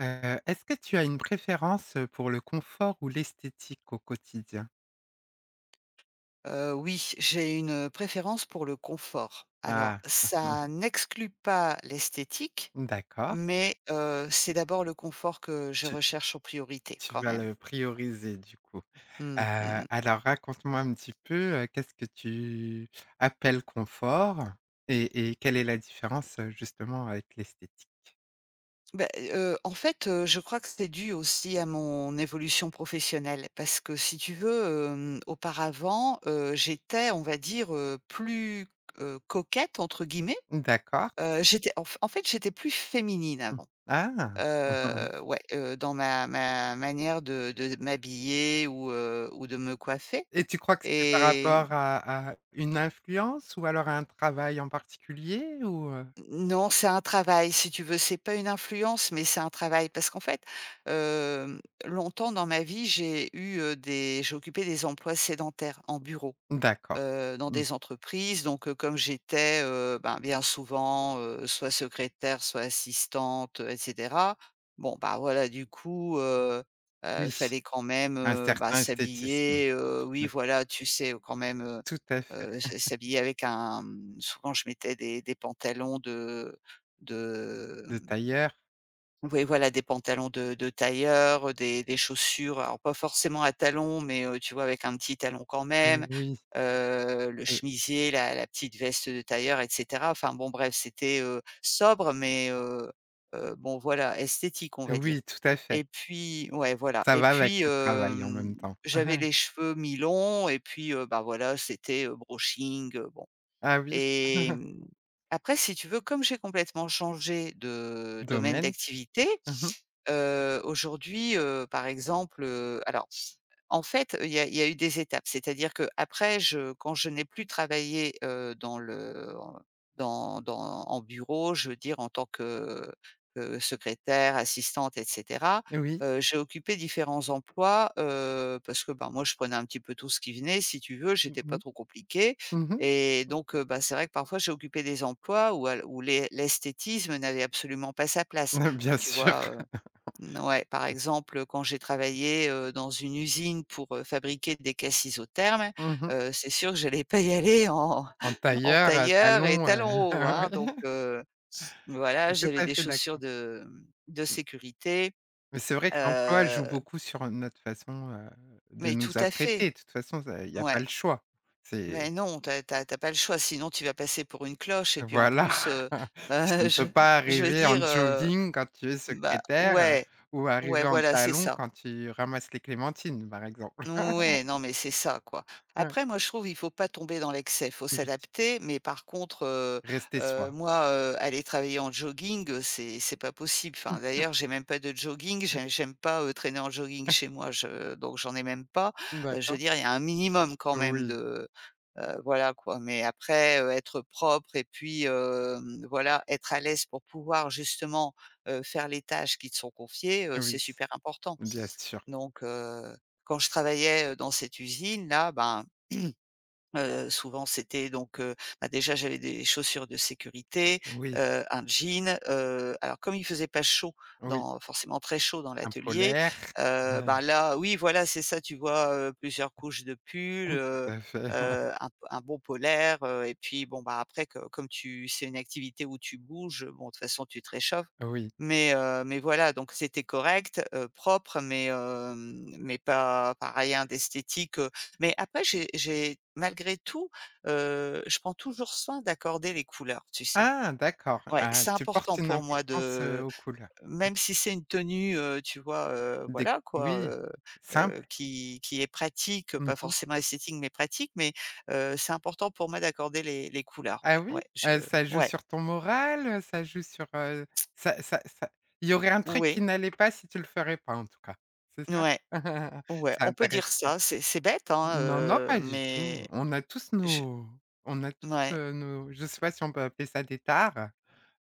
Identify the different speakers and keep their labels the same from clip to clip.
Speaker 1: Est-ce que tu as une préférence, pour le confort ou l'esthétique au quotidien?
Speaker 2: Oui, j'ai une préférence pour le confort. Alors
Speaker 1: Ah,
Speaker 2: ça n'exclut pas l'esthétique,
Speaker 1: d'accord.
Speaker 2: mais c'est d'abord le confort que je
Speaker 1: Tu
Speaker 2: recherche en priorité
Speaker 1: tu
Speaker 2: quand
Speaker 1: vas
Speaker 2: même.
Speaker 1: le prioriser du coup.
Speaker 2: Mmh, mmh mh.
Speaker 1: Alors raconte-moi un petit peu, qu'est-ce que tu appelles confort et quelle est la différence, justement avec l'esthétique?
Speaker 2: Beh, en fait, je crois que c'est dû aussi à mon évolution professionnelle parce que si tu veux, auparavant, j'étais, on va dire, plus, «coquette» entre guillemets.
Speaker 1: D'accord.
Speaker 2: J'étais en f En fait, j'étais plus féminine
Speaker 1: Mmh.
Speaker 2: avant.
Speaker 1: Ah!
Speaker 2: Ouais, dans ma manière de m'habiller ou de me coiffer.
Speaker 1: Et tu crois que c'est par
Speaker 2: Et
Speaker 1: rapport à une influence ou alors à un travail en particulier ou?
Speaker 2: non, c'est un travail si tu veux. C'est pas une influence, mais c'est un travail parce qu'en fait, hem, longtemps dans ma vie, j'ai eu, des j'ai occupé des emplois sédentaires en bureau.
Speaker 1: D'accord.
Speaker 2: Dans
Speaker 1: Mmh.
Speaker 2: des entreprises donc, comme j'étais, ben, bien souvent, soit secrétaire, soit assistante, et cetera. Bon, bah, voilà, du coup,
Speaker 1: Oui.
Speaker 2: fallait quand même,
Speaker 1: Un
Speaker 2: bah,
Speaker 1: certain esthétisme.
Speaker 2: s'habiller, oui,
Speaker 1: Bah,
Speaker 2: voilà, tu sais, quand même,
Speaker 1: tout à fait.
Speaker 2: s'habiller avec un, mmh, souvent je mettais des pantalons de de,
Speaker 1: De
Speaker 2: mmh
Speaker 1: tailleur?
Speaker 2: Oui, voilà, des pantalons de tailleur, des chaussures, alors pas forcément à talons, mais tu vois, avec un petit talon quand même,
Speaker 1: Oui,
Speaker 2: le chemisier, la petite veste de tailleur et cetera. Enfin bon, bref, c'était, sobre, mais bon, voilà, esthétique, on va dire.
Speaker 1: oui, tout à fait.
Speaker 2: Et puis ouais, voilà.
Speaker 1: Ça
Speaker 2: Et
Speaker 1: va avec
Speaker 2: puis,
Speaker 1: le travail en même temps.
Speaker 2: j'avais les cheveux mi-longs et puis, bah, voilà, c'était, brushing, bon.
Speaker 1: Ah oui.
Speaker 2: Et mmh, après, si tu veux, comme j'ai complètement changé de domaine
Speaker 1: Domaine?
Speaker 2: d'activité,
Speaker 1: Mmh mh.
Speaker 2: Aujourd'hui, par exemple, alors en fait, il y a eu des étapes. C'est-à-dire qu'après je quand je n'ai plus travaillé, dans le dans dans en bureau, je veux dire en tant que secrétaire, assistante et cetera,
Speaker 1: Oui.
Speaker 2: j'ai occupé différents emplois, parce que, ben, moi je prenais un petit peu tout ce qui venait si tu veux,
Speaker 1: Mmh
Speaker 2: j'étais pas
Speaker 1: mh.
Speaker 2: trop compliquée.
Speaker 1: Mmh
Speaker 2: Et donc, bah, c'est vrai que parfois j'ai occupé des emplois où l'esthétisme n'avait absolument pas sa place,
Speaker 1: mh. Bien
Speaker 2: tu
Speaker 1: sûr.
Speaker 2: vois? N Ouais, par exemple, quand j'ai travaillé, dans une usine pour, fabriquer des caisses isothermes,
Speaker 1: Mmh mh.
Speaker 2: c'est sûr que j'allais pas y aller en
Speaker 1: En
Speaker 2: en
Speaker 1: tailleur,
Speaker 2: tailleur et
Speaker 1: talons,
Speaker 2: talons hauts,
Speaker 1: oui,
Speaker 2: hein, donc voilà,
Speaker 1: je suis tout
Speaker 2: j'avais
Speaker 1: à
Speaker 2: des
Speaker 1: fait
Speaker 2: chaussures
Speaker 1: d'accord.
Speaker 2: de, mmh, de sécurité,
Speaker 1: Mais c'est vrai que l'emploi joue
Speaker 2: heu,
Speaker 1: beaucoup sur notre façon, de
Speaker 2: mais tout
Speaker 1: nous
Speaker 2: à fait.
Speaker 1: apprêter. De toute façon, ça il y a
Speaker 2: Ouais,
Speaker 1: pas le choix. C'est
Speaker 2: mais non, t'as as tu pas le choix, sinon tu vas passer pour une cloche et puis en
Speaker 1: Voilà.
Speaker 2: plus,
Speaker 1: Tu
Speaker 2: bah,
Speaker 1: ne peux pas
Speaker 2: je veux
Speaker 1: arriver
Speaker 2: dire,
Speaker 1: en jogging quand tu es
Speaker 2: bah
Speaker 1: secrétaire,
Speaker 2: ouais,
Speaker 1: ou
Speaker 2: ouais,
Speaker 1: arriver en
Speaker 2: voilà, c'est
Speaker 1: talons
Speaker 2: ça.
Speaker 1: quand tu ramasses les clémentines, par exemple.
Speaker 2: Ouais, non, mais c'est ça, quoi.
Speaker 1: Ouais,
Speaker 2: Après, moi, je trouve, il faut pas tomber dans l'excès, faut
Speaker 1: oui,
Speaker 2: s'adapter. Mais par contre,
Speaker 1: rester soi.
Speaker 2: moi, aller travailler en jogging, c'est pas possible. Enfin, d'ailleurs, j'ai même pas de jogging. J'aime pas, traîner en jogging chez moi. Je donc j'en ai même pas.
Speaker 1: Mmh,
Speaker 2: Je veux
Speaker 1: d'accord.
Speaker 2: dire, il y a un minimum quand même
Speaker 1: Oui,
Speaker 2: de, voilà, quoi. Mais après, être propre et puis, voilà, être à l'aise pour pouvoir justement, faire les tâches qui te sont confiées, c'est
Speaker 1: oui,
Speaker 2: super important.
Speaker 1: bien sûr.
Speaker 2: Donc quand je travaillais, dans cette usine-là, ben, souvent c'était donc, bah, déjà j'avais des chaussures de sécurité,
Speaker 1: Oui,
Speaker 2: un jean, alors comme il faisait pas chaud
Speaker 1: oui,
Speaker 2: dans forcément très chaud dans
Speaker 1: un
Speaker 2: l'atelier,
Speaker 1: polaire. Ouais,
Speaker 2: ben, là oui voilà c'est ça tu vois, plusieurs couches de pull,
Speaker 1: tout à fait.
Speaker 2: un bon polaire, et puis bon, bah, après co comme tu, c'est une activité où tu bouges, bon de toute façon tu te réchauffes.
Speaker 1: Oui.
Speaker 2: Mais voilà, donc c'était correct, propre, mais mais pas rien d'esthétique, Mais après j'ai malgré tout, je prends toujours soin d'accorder les couleurs, tu sais?
Speaker 1: Ah, d'accord.
Speaker 2: Ouais,
Speaker 1: Ah,
Speaker 2: c'est
Speaker 1: tu portes
Speaker 2: important
Speaker 1: une
Speaker 2: pour moi
Speaker 1: importance,
Speaker 2: de,
Speaker 1: aux couleurs. Mmh,
Speaker 2: même si c'est une tenue, tu vois,
Speaker 1: des
Speaker 2: voilà quoi,
Speaker 1: oui, simple.
Speaker 2: qui est pratique, pas
Speaker 1: Mmh.
Speaker 2: forcément esthétique, mais pratique, mais c'est important pour moi d'accorder les couleurs,
Speaker 1: Ah
Speaker 2: ouais,
Speaker 1: oui?
Speaker 2: ouais, je
Speaker 1: Ça joue
Speaker 2: ouais,
Speaker 1: sur ton moral, ça joue sur, ça il y aurait un truc qui
Speaker 2: ouais,
Speaker 1: n'allait pas si tu le ferais pas en tout cas, c'est ça?
Speaker 2: ouais. Ouais,
Speaker 1: C'est
Speaker 2: on peut dire
Speaker 1: intéressant.
Speaker 2: ça, c'est bête, hein,
Speaker 1: Non, non, pas du tout.
Speaker 2: mais
Speaker 1: On a tous
Speaker 2: je
Speaker 1: nos on a tous,
Speaker 2: ouais,
Speaker 1: heu, nos je sais pas si on peut appeler ça des tares,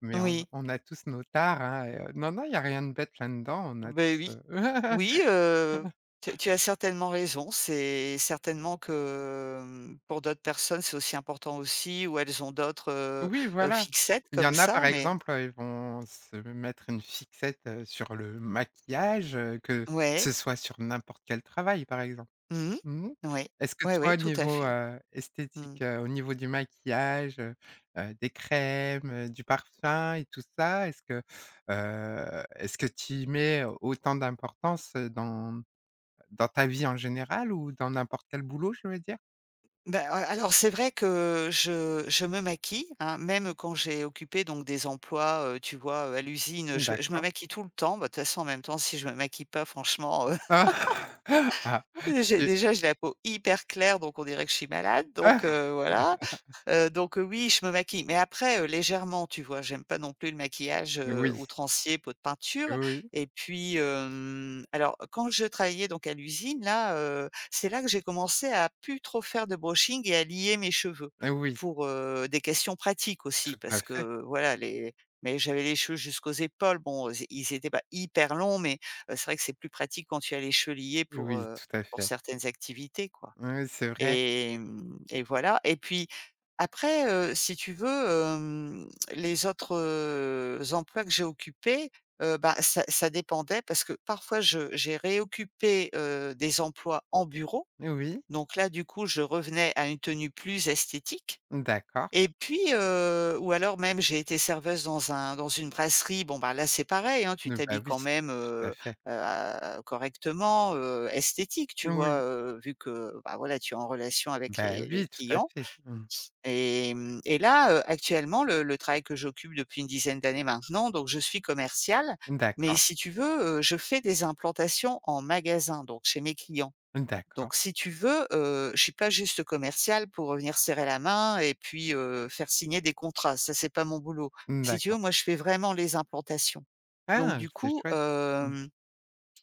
Speaker 1: mais on
Speaker 2: oui,
Speaker 1: on a tous nos tares, hein, et non, non, il y a rien de bête là-dedans, on a
Speaker 2: ben
Speaker 1: tous,
Speaker 2: oui. Oui, tu as certainement raison, c'est certainement que, mmh, pour d'autres personnes, c'est aussi important aussi ou elles ont d'autres,
Speaker 1: Oui, voilà.
Speaker 2: fixettes
Speaker 1: Il y
Speaker 2: comme
Speaker 1: en a
Speaker 2: ça,
Speaker 1: par
Speaker 2: mais
Speaker 1: exemple, ils vont se mettre une fixette, sur le maquillage, que
Speaker 2: ouais.
Speaker 1: ce soit sur n'importe quel travail, par exemple.
Speaker 2: Mmh.
Speaker 1: Mmh.
Speaker 2: Ouais.
Speaker 1: Est-ce que
Speaker 2: Ouais,
Speaker 1: toi,
Speaker 2: ouais,
Speaker 1: au
Speaker 2: tout à
Speaker 1: niveau,
Speaker 2: fait. Mmh.
Speaker 1: esthétique, au niveau du maquillage, des crèmes, du parfum et tout ça, est-ce que tu y mets autant d'importance, dans ta vie en général ou dans n'importe quel boulot, je veux dire?
Speaker 2: Ben a alors c'est vrai que je me maquille, hein, même quand j'ai occupé donc des emplois, tu vois, à l'usine, je me
Speaker 1: D'accord.
Speaker 2: maquille tout le temps. Bah, de toute façon en même temps si je me maquille pas franchement,
Speaker 1: Ah! Ah,
Speaker 2: j'ai
Speaker 1: tu
Speaker 2: déjà, j'ai la peau hyper claire, donc on dirait que je suis malade, donc
Speaker 1: ah,
Speaker 2: voilà. Oui, je me maquille, mais après, légèrement, tu vois? J'aime pas non plus le maquillage,
Speaker 1: oui,
Speaker 2: outrancier, pot de peinture.
Speaker 1: oui.
Speaker 2: Et puis, alors quand je travaillais donc à l'usine là, c'est là que j'ai commencé à plus trop faire de brushing et à lier mes cheveux
Speaker 1: Et oui,
Speaker 2: pour, des questions pratiques aussi
Speaker 1: tout à
Speaker 2: parce
Speaker 1: fait.
Speaker 2: que voilà les, mais j'avais les cheveux jusqu'aux épaules, bon, ils étaient pas hyper longs, mais c'est vrai que c'est plus pratique quand tu as les cheveux liés
Speaker 1: Oui, tout à
Speaker 2: pour
Speaker 1: fait.
Speaker 2: certaines activités, quoi.
Speaker 1: Oui, c'est vrai.
Speaker 2: Et mmh, et voilà et puis après, si tu veux, les autres, emplois que j'ai occupés, bah, ça dépendait parce que parfois je j'ai réoccupé, des emplois en bureau.
Speaker 1: Oui,
Speaker 2: Donc là, du coup, je revenais à une tenue plus esthétique.
Speaker 1: d'accord.
Speaker 2: Et puis, ou alors même j'ai été serveuse dans un dans une brasserie. Bon, bah, là, c'est pareil, hein, tu
Speaker 1: Bah,
Speaker 2: t'habilles
Speaker 1: oui,
Speaker 2: quand même,
Speaker 1: tout à fait.
Speaker 2: correctement, esthétique, tu vois?
Speaker 1: Oui,
Speaker 2: Vu que, bah, voilà, tu es en relation avec
Speaker 1: bah,
Speaker 2: les
Speaker 1: oui, tout à
Speaker 2: clients.
Speaker 1: fait. Mmh.
Speaker 2: Et mmh, et là, actuellement, le travail que j'occupe depuis une dizaine d'années maintenant, donc je suis commerciale, mais
Speaker 1: D'accord,
Speaker 2: si tu veux, je fais des implantations en magasin, donc chez mes clients.
Speaker 1: d'accord,
Speaker 2: Donc si tu veux, je suis pas juste commercial pour, venir serrer la main et puis, faire signer des contrats, ça c'est pas mon boulot. Si tu veux,
Speaker 1: d'accord.
Speaker 2: moi je fais vraiment les implantations. Donc
Speaker 1: Ah,
Speaker 2: du
Speaker 1: c'est
Speaker 2: coup,
Speaker 1: chouette. Mmh.
Speaker 2: hem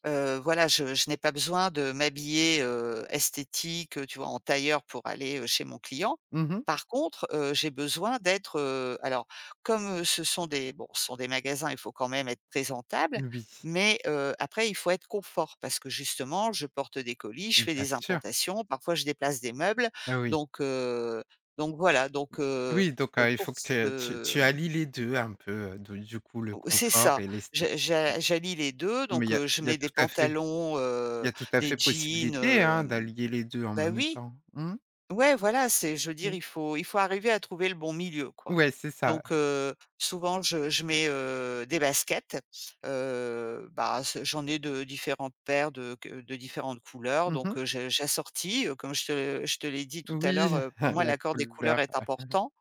Speaker 2: Voilà, je n'ai pas besoin de m'habiller, esthétique, tu vois, en tailleur pour aller, chez mon client.
Speaker 1: Mmh.
Speaker 2: Par contre, j'ai besoin d'être, alors comme, ce sont des, bon, ce sont des magasins, il faut quand même être présentable,
Speaker 1: Oui,
Speaker 2: mais après il faut être confort parce que justement je porte des colis, je fais
Speaker 1: bien
Speaker 2: des
Speaker 1: sûr.
Speaker 2: importations, parfois je déplace des meubles,
Speaker 1: Ah oui.
Speaker 2: donc heu, donc voilà, donc
Speaker 1: Oui, donc il
Speaker 2: pour
Speaker 1: faut que tu tu
Speaker 2: ce
Speaker 1: tu allies les deux un peu, du coup, le
Speaker 2: O c'est
Speaker 1: confort
Speaker 2: ça.
Speaker 1: et l'esthétique.
Speaker 2: J'allie les 2,
Speaker 1: Mais
Speaker 2: donc je
Speaker 1: il y a
Speaker 2: mets des
Speaker 1: tout à fait
Speaker 2: pantalons,
Speaker 1: il y a tout à
Speaker 2: des
Speaker 1: fait
Speaker 2: jeans,
Speaker 1: possibilité, hein,
Speaker 2: hem
Speaker 1: d'allier les 2 en
Speaker 2: bah,
Speaker 1: même
Speaker 2: oui,
Speaker 1: temps. Mmh
Speaker 2: ouais, voilà, c'est, je veux dire,
Speaker 1: mh.
Speaker 2: il faut arriver à trouver le bon milieu, quoi.
Speaker 1: Ouais, c'est ça.
Speaker 2: Donc souvent je mets, des baskets, bah, ce j'en ai de différentes paires de différentes couleurs donc
Speaker 1: Mmh.
Speaker 2: je j'assortis, comme je te l'ai dit tout à
Speaker 1: Oui,
Speaker 2: l'heure, pour moi
Speaker 1: la
Speaker 2: l'accord des couleurs
Speaker 1: couleur
Speaker 2: est important.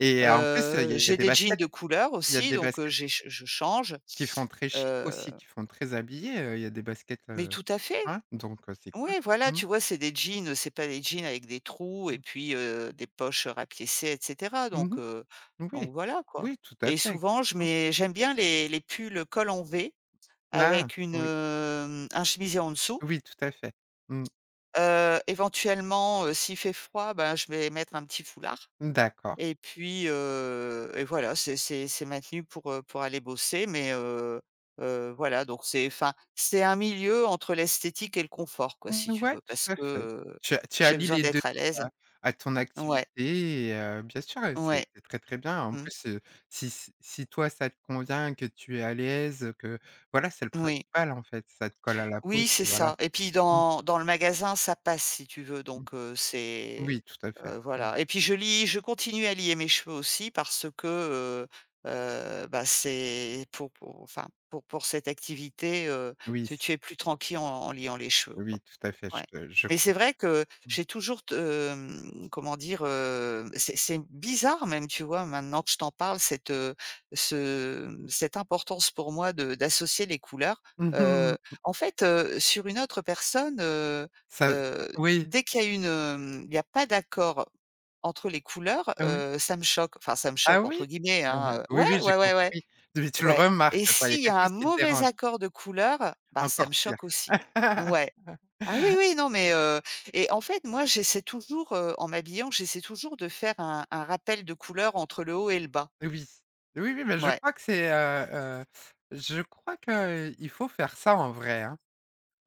Speaker 1: et en plus,
Speaker 2: J'ai des jeans de couleur
Speaker 1: il y a
Speaker 2: aussi
Speaker 1: des
Speaker 2: donc
Speaker 1: baskets
Speaker 2: j'ai je change,
Speaker 1: qui font très chic
Speaker 2: heu
Speaker 1: aussi, qui font très habillé, il y a des baskets,
Speaker 2: mais tout à fait.
Speaker 1: hein, donc c'est cool.
Speaker 2: Ouais, voilà,
Speaker 1: Mmh,
Speaker 2: tu vois, c'est des jeans, c'est pas des jeans avec des trous et
Speaker 1: mmh.
Speaker 2: puis, des poches rapiécées et cetera
Speaker 1: Mmh. Oui,
Speaker 2: donc voilà, quoi.
Speaker 1: oui, tout à
Speaker 2: Et
Speaker 1: fait,
Speaker 2: souvent, je
Speaker 1: exactement.
Speaker 2: mets j'aime bien les pulls col en V
Speaker 1: Ah
Speaker 2: avec une,
Speaker 1: oui,
Speaker 2: un chemisier en dessous.
Speaker 1: oui, tout à fait. Mmh,
Speaker 2: Éventuellement, s'il fait froid, ben, je vais mettre un petit foulard.
Speaker 1: d'accord.
Speaker 2: Et puis, et voilà, c'est maintenu pour aller bosser, mais voilà, donc c'est, enfin, c'est un milieu entre l'esthétique et le confort, quoi, si
Speaker 1: Mmh,
Speaker 2: tu
Speaker 1: ouais,
Speaker 2: veux, parce
Speaker 1: tout à
Speaker 2: que,
Speaker 1: fait. Tu
Speaker 2: j'ai
Speaker 1: allies
Speaker 2: besoin
Speaker 1: les 2
Speaker 2: d'être à l'aise.
Speaker 1: à à ton
Speaker 2: Ouais,
Speaker 1: activité et bien sûr, c'est
Speaker 2: ouais,
Speaker 1: c'est très, très bien. En
Speaker 2: mmh,
Speaker 1: plus, si toi ça te convient, que tu es à l'aise, que voilà, c'est le
Speaker 2: oui.
Speaker 1: principal en fait, ça te colle à la peau,
Speaker 2: Oui, c'est
Speaker 1: et voilà.
Speaker 2: ça et puis
Speaker 1: Mmh
Speaker 2: dans le magasin, ça passe, si tu veux,
Speaker 1: mh.
Speaker 2: donc c'est.
Speaker 1: Oui, tout à fait. Mmh.
Speaker 2: Voilà et puis je lis, je continue à lier mes cheveux aussi parce que, heu bah, c'est pour, enfin, pour cette activité,
Speaker 1: Oui, c
Speaker 2: tu es plus tranquille en en liant les cheveux, quoi.
Speaker 1: oui, tout à fait, je
Speaker 2: Ouais.
Speaker 1: te je
Speaker 2: Mais c'est
Speaker 1: comprends.
Speaker 2: vrai que
Speaker 1: Mmh.
Speaker 2: j'ai toujours comment dire? C'est bizarre même, tu vois? Maintenant que je t'en parle, cette importance pour moi de d'associer les couleurs. Heu, En fait, sur une autre personne,
Speaker 1: Ça
Speaker 2: heu,
Speaker 1: oui,
Speaker 2: dès qu'il y a une, il n'y a pas d'accord entre les couleurs,
Speaker 1: ah oui.
Speaker 2: ça me choque. Enfin, ça me
Speaker 1: Ah
Speaker 2: «choque»
Speaker 1: oui?
Speaker 2: entre guillemets,
Speaker 1: Mmh.
Speaker 2: hein. Ouais,
Speaker 1: Oui, oui, j'ai
Speaker 2: ouais, ouais, ouais,
Speaker 1: compris. Mais tu le
Speaker 2: ouais. Et
Speaker 1: remarques quoi, il y a
Speaker 2: s'il y a
Speaker 1: quelque
Speaker 2: un
Speaker 1: chose qui te
Speaker 2: mauvais
Speaker 1: dérange.
Speaker 2: accord de couleurs, bah, ça me
Speaker 1: Encore pire.
Speaker 2: choque aussi. Ouais. Ah oui, oui, non, mais et en fait, moi, j'essaie toujours, en m'habillant, j'essaie toujours de faire un rappel de couleur entre le haut et le bas.
Speaker 1: Oui. Oui, oui, mais
Speaker 2: Ouais.
Speaker 1: je crois que il faut faire ça en vrai, hein.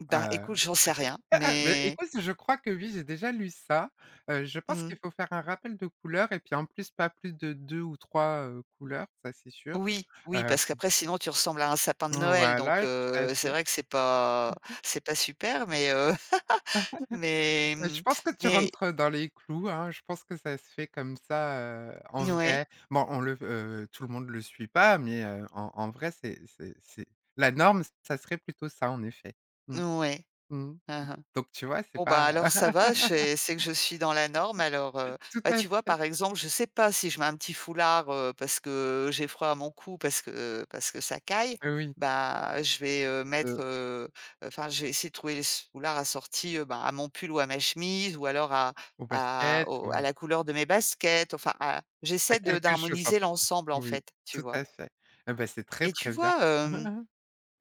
Speaker 2: Bah,
Speaker 1: Heu,
Speaker 2: écoute, j'en sais rien,
Speaker 1: mais
Speaker 2: mais
Speaker 1: écoute, je crois que oui, j'ai déjà lu ça. Je pense
Speaker 2: mmh.
Speaker 1: qu'il faut faire un rappel de couleurs et puis en plus pas plus de 2 ou 3 couleurs, ça c'est sûr.
Speaker 2: Oui, oui,
Speaker 1: Heu,
Speaker 2: parce qu'après sinon tu ressembles à un sapin de Noël, donc
Speaker 1: voilà, tout à
Speaker 2: c'est
Speaker 1: fait.
Speaker 2: vrai que c'est pas super, mais mais
Speaker 1: Je
Speaker 2: mmh,
Speaker 1: pense que tu
Speaker 2: mais
Speaker 1: rentres dans les clous, hein, je pense que ça se fait comme ça, en
Speaker 2: ouais,
Speaker 1: vrai. Bon, on le tout le monde le suit pas, mais en vrai, c'est la norme, ça serait plutôt ça en effet. Mmh.
Speaker 2: ouais.
Speaker 1: Mmh.
Speaker 2: Mmh.
Speaker 1: Donc tu vois, c'est
Speaker 2: Bon bah,
Speaker 1: pas
Speaker 2: alors ça va, c'est que je suis dans la norme alors,
Speaker 1: tout
Speaker 2: bah,
Speaker 1: à
Speaker 2: tu vois,
Speaker 1: fait,
Speaker 2: par exemple, je sais pas si je mets un petit foulard, parce que j'ai froid à mon cou, parce que ça caille,
Speaker 1: oui,
Speaker 2: bah, je vais,
Speaker 1: heu,
Speaker 2: mettre, enfin, je vais essayer de trouver les s foulards assortis, ben, à mon pull ou à ma chemise ou alors
Speaker 1: au basket, ou
Speaker 2: à la couleur de mes baskets, enfin à
Speaker 1: à
Speaker 2: j'essaie de
Speaker 1: quelque chose en
Speaker 2: d'harmoniser
Speaker 1: tout
Speaker 2: l'ensemble, en
Speaker 1: oui,
Speaker 2: fait, tu
Speaker 1: tout
Speaker 2: vois?
Speaker 1: à fait. Eh bah, c'est très,
Speaker 2: Et tu
Speaker 1: très bien.
Speaker 2: vois,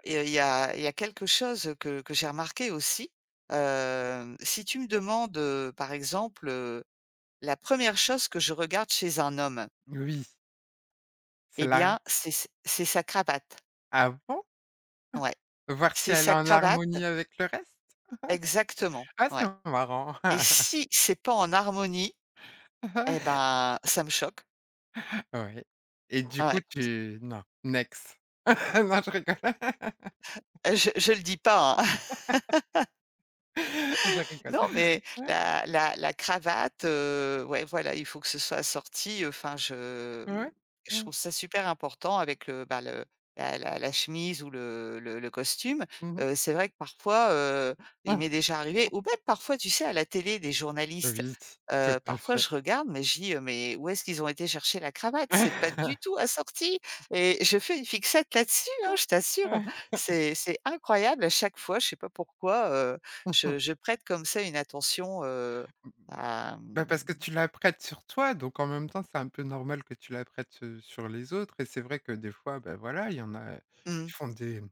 Speaker 2: et il y a quelque chose que j'ai remarqué aussi, si tu me demandes, par exemple, la première chose que je regarde chez un homme,
Speaker 1: Oui, c'est
Speaker 2: eh
Speaker 1: la.
Speaker 2: bien, c'est sa cravate.
Speaker 1: Avant.
Speaker 2: Ouais,
Speaker 1: Voir si
Speaker 2: c'est
Speaker 1: elle est
Speaker 2: sa
Speaker 1: en
Speaker 2: cravate
Speaker 1: harmonie avec le reste?
Speaker 2: exactement,
Speaker 1: Ah, c'est
Speaker 2: ouais.
Speaker 1: marrant.
Speaker 2: Et si c'est pas en harmonie, eh ben, ça me choque.
Speaker 1: Ouais, et du
Speaker 2: Ouais.
Speaker 1: coup, tu non, next. Non, je rigole.
Speaker 2: Je le dis pas, hein.
Speaker 1: Je rigole.
Speaker 2: Non, mais
Speaker 1: Ouais,
Speaker 2: la cravate, ouais, voilà, il faut que ce soit assorti, enfin, je mmh,
Speaker 1: ouais.
Speaker 2: je
Speaker 1: Mmh.
Speaker 2: trouve ça super important avec le, bah, le la la la chemise ou le costume.
Speaker 1: Mmh.
Speaker 2: C'est vrai que parfois, il m'est déjà arrivé ou même parfois, tu sais, à la télé, des journalistes,
Speaker 1: Oui, tout à
Speaker 2: parfois
Speaker 1: fait.
Speaker 2: je regarde, mais je dis: mais où est-ce qu'ils ont été chercher la cravate? C'est pas du tout assorti.» Et je fais une fixette là-dessus, hein, je t'assure. C'est incroyable à chaque fois, je sais pas pourquoi, je je prête comme ça une attention, à
Speaker 1: Bah, parce que tu l'apprêtes sur toi, donc en même temps, c'est un peu normal que tu l'apprêtes, sur les autres et c'est vrai que des fois, bah, voilà, il y en a, ils
Speaker 2: mmh,
Speaker 1: font des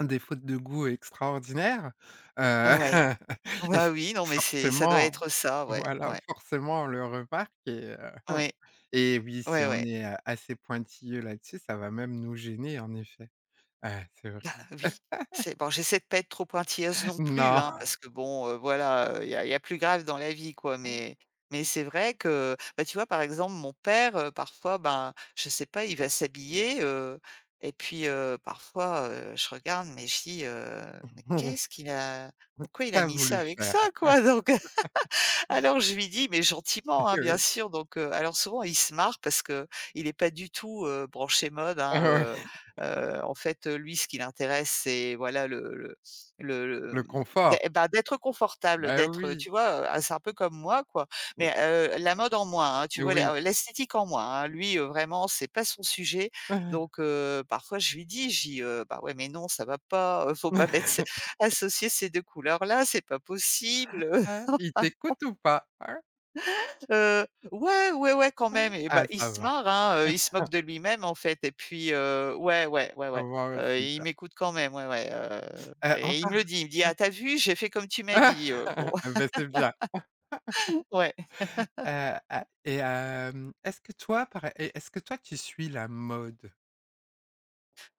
Speaker 1: des fautes de goût extraordinaires, heu
Speaker 2: ouais.
Speaker 1: et
Speaker 2: Bah,
Speaker 1: f
Speaker 2: oui, non, mais c'est ça doit
Speaker 1: forcément,
Speaker 2: être ça, ouais,
Speaker 1: voilà,
Speaker 2: ouais,
Speaker 1: forcément, on le remarque et heu
Speaker 2: ouais,
Speaker 1: et oui, si
Speaker 2: ouais,
Speaker 1: on
Speaker 2: ouais.
Speaker 1: est, assez pointilleux là-dessus, ça va même nous gêner en effet. Ah, c'est
Speaker 2: Ah,
Speaker 1: vrai.
Speaker 2: oui, c'est bon, j'essaie de pas être trop pointilleuse non plus,
Speaker 1: Non,
Speaker 2: hein, parce que bon, voilà, il y a plus grave dans la vie, quoi, mais c'est vrai que, bah, tu vois, par exemple, mon père, parfois, ben, je sais pas, il va s'habiller, et puis, parfois, je regarde, mais je dis, «Mais qu'est-ce qu'il a pourquoi
Speaker 1: tu
Speaker 2: il a
Speaker 1: as
Speaker 2: mis ça
Speaker 1: voulu
Speaker 2: avec ça,
Speaker 1: faire.
Speaker 2: quoi?» Donc alors je lui dis, mais
Speaker 1: Oui,
Speaker 2: gentiment, hein, bien
Speaker 1: oui.
Speaker 2: sûr, donc alors souvent il se marre parce que il n'est pas du tout, branché mode,
Speaker 1: Ah
Speaker 2: hein,
Speaker 1: ouais,
Speaker 2: en fait, lui, ce qui l'intéresse, c'est voilà le,
Speaker 1: le confort.
Speaker 2: mmh, bah, d'être confortable,
Speaker 1: Ah
Speaker 2: d'être,
Speaker 1: oui.
Speaker 2: tu vois, ah, c'est un peu comme moi, quoi,
Speaker 1: Mmh,
Speaker 2: mais la mode en moi, hein, tu vois,
Speaker 1: oui.
Speaker 2: l'esthétique en moi, hein. Lui, vraiment, c'est pas son sujet, donc parfois je lui dis, je dis, «Bah, ouais, mais non, ça va pas, faut pas mettre ces associer ces 2 couleurs-là, c'est pas possible.»
Speaker 1: Il t'écoute ou pas? Hein?
Speaker 2: Ouais, ouais, ouais, quand
Speaker 1: Hein?
Speaker 2: même et bah,
Speaker 1: Ah,
Speaker 2: il
Speaker 1: ça
Speaker 2: se
Speaker 1: va.
Speaker 2: marre, hein, il se moque de lui-même, en fait et puis, ouais, ouais, ouais, ouais,
Speaker 1: Bon, bah,
Speaker 2: il
Speaker 1: super.
Speaker 2: m'écoute quand même, ouais, ouais,
Speaker 1: En
Speaker 2: et il
Speaker 1: par
Speaker 2: me le dit, il me dit: «Ah t'as vu, j'ai fait comme tu m'as
Speaker 1: ah
Speaker 2: dit», bon,
Speaker 1: bah, c'est bien.
Speaker 2: ouais.
Speaker 1: Est-ce que toi tu suis la mode?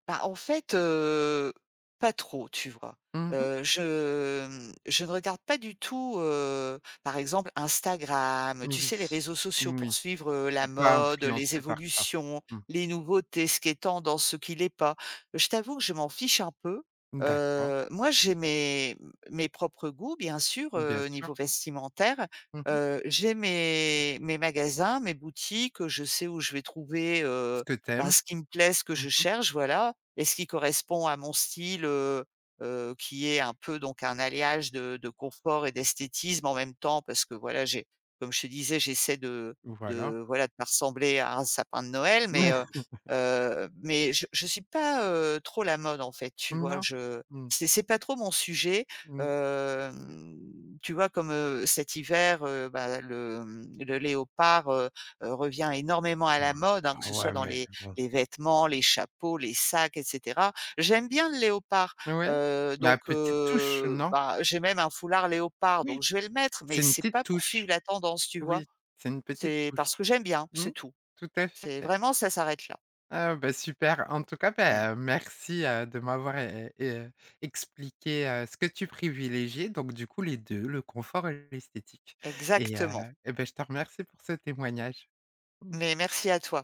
Speaker 2: Bah, en fait, pas trop, tu vois?
Speaker 1: Mmh.
Speaker 2: Je, mmh, je ne regarde pas du tout, par exemple Instagram, tu
Speaker 1: Oui.
Speaker 2: sais, les réseaux sociaux pour
Speaker 1: Oui.
Speaker 2: suivre, la
Speaker 1: Tu pas
Speaker 2: mode,
Speaker 1: influencé
Speaker 2: les
Speaker 1: par ça?
Speaker 2: évolutions,
Speaker 1: Mmh.
Speaker 2: les nouveautés, ce qui est tendance, ce qui l'est pas. Je t'avoue que je m'en fiche un peu.
Speaker 1: D'accord,
Speaker 2: Moi, j'ai mes propres goûts, bien sûr,
Speaker 1: bien sûr.
Speaker 2: niveau vestimentaire.
Speaker 1: Mmh.
Speaker 2: J'ai mes magasins, mes boutiques, je sais où je vais trouver,
Speaker 1: Ce que
Speaker 2: bah,
Speaker 1: t'aimes,
Speaker 2: ce qui me plaît, ce que
Speaker 1: aimes.
Speaker 2: je
Speaker 1: Mmh.
Speaker 2: cherche, voilà, et ce qui correspond à mon style, qui est un peu donc un alliage de confort et d'esthétisme en même temps parce que voilà, j'ai comme je te disais, j'essaie de
Speaker 1: Voilà.
Speaker 2: de voilà, de me ressembler à un sapin de Noël mais je suis pas, trop la mode en fait, tu vois?
Speaker 1: Non?
Speaker 2: Je
Speaker 1: Mmh.
Speaker 2: c'est pas trop mon sujet,
Speaker 1: Mmh.
Speaker 2: hem, tu vois? Comme, cet hiver, bah, le, mmh, le léopard, revient énormément à la mode, hein, que
Speaker 1: Ah
Speaker 2: ce soit
Speaker 1: ouais,
Speaker 2: dans
Speaker 1: mais bon.
Speaker 2: les vêtements, les chapeaux, les sacs et cetera. J'aime bien le léopard,
Speaker 1: Ouais? Ma
Speaker 2: donc
Speaker 1: petite touche, non?
Speaker 2: bah, j'ai même un foulard léopard,
Speaker 1: Oui,
Speaker 2: donc je vais le mettre, mais
Speaker 1: c'est une
Speaker 2: c'est pas
Speaker 1: petite
Speaker 2: pour suivre
Speaker 1: touche.
Speaker 2: la tendance, tu vois?
Speaker 1: Oui, c'est une petite
Speaker 2: C'est
Speaker 1: touche.
Speaker 2: parce que j'aime bien,
Speaker 1: Mmh.
Speaker 2: c'est tout.
Speaker 1: Tout à
Speaker 2: C'est
Speaker 1: fait.
Speaker 2: vraiment ça s'arrête là.
Speaker 1: Ah bah, super. En tout cas,
Speaker 2: Mmh.
Speaker 1: bah, merci, de m'avoir é é expliqué, ce que tu privilégiais, donc du coup les 2, le confort et l'esthétique et heu
Speaker 2: Exactement.
Speaker 1: et bah, je te remercie pour ce témoignage. Mmh.
Speaker 2: Mais merci à toi.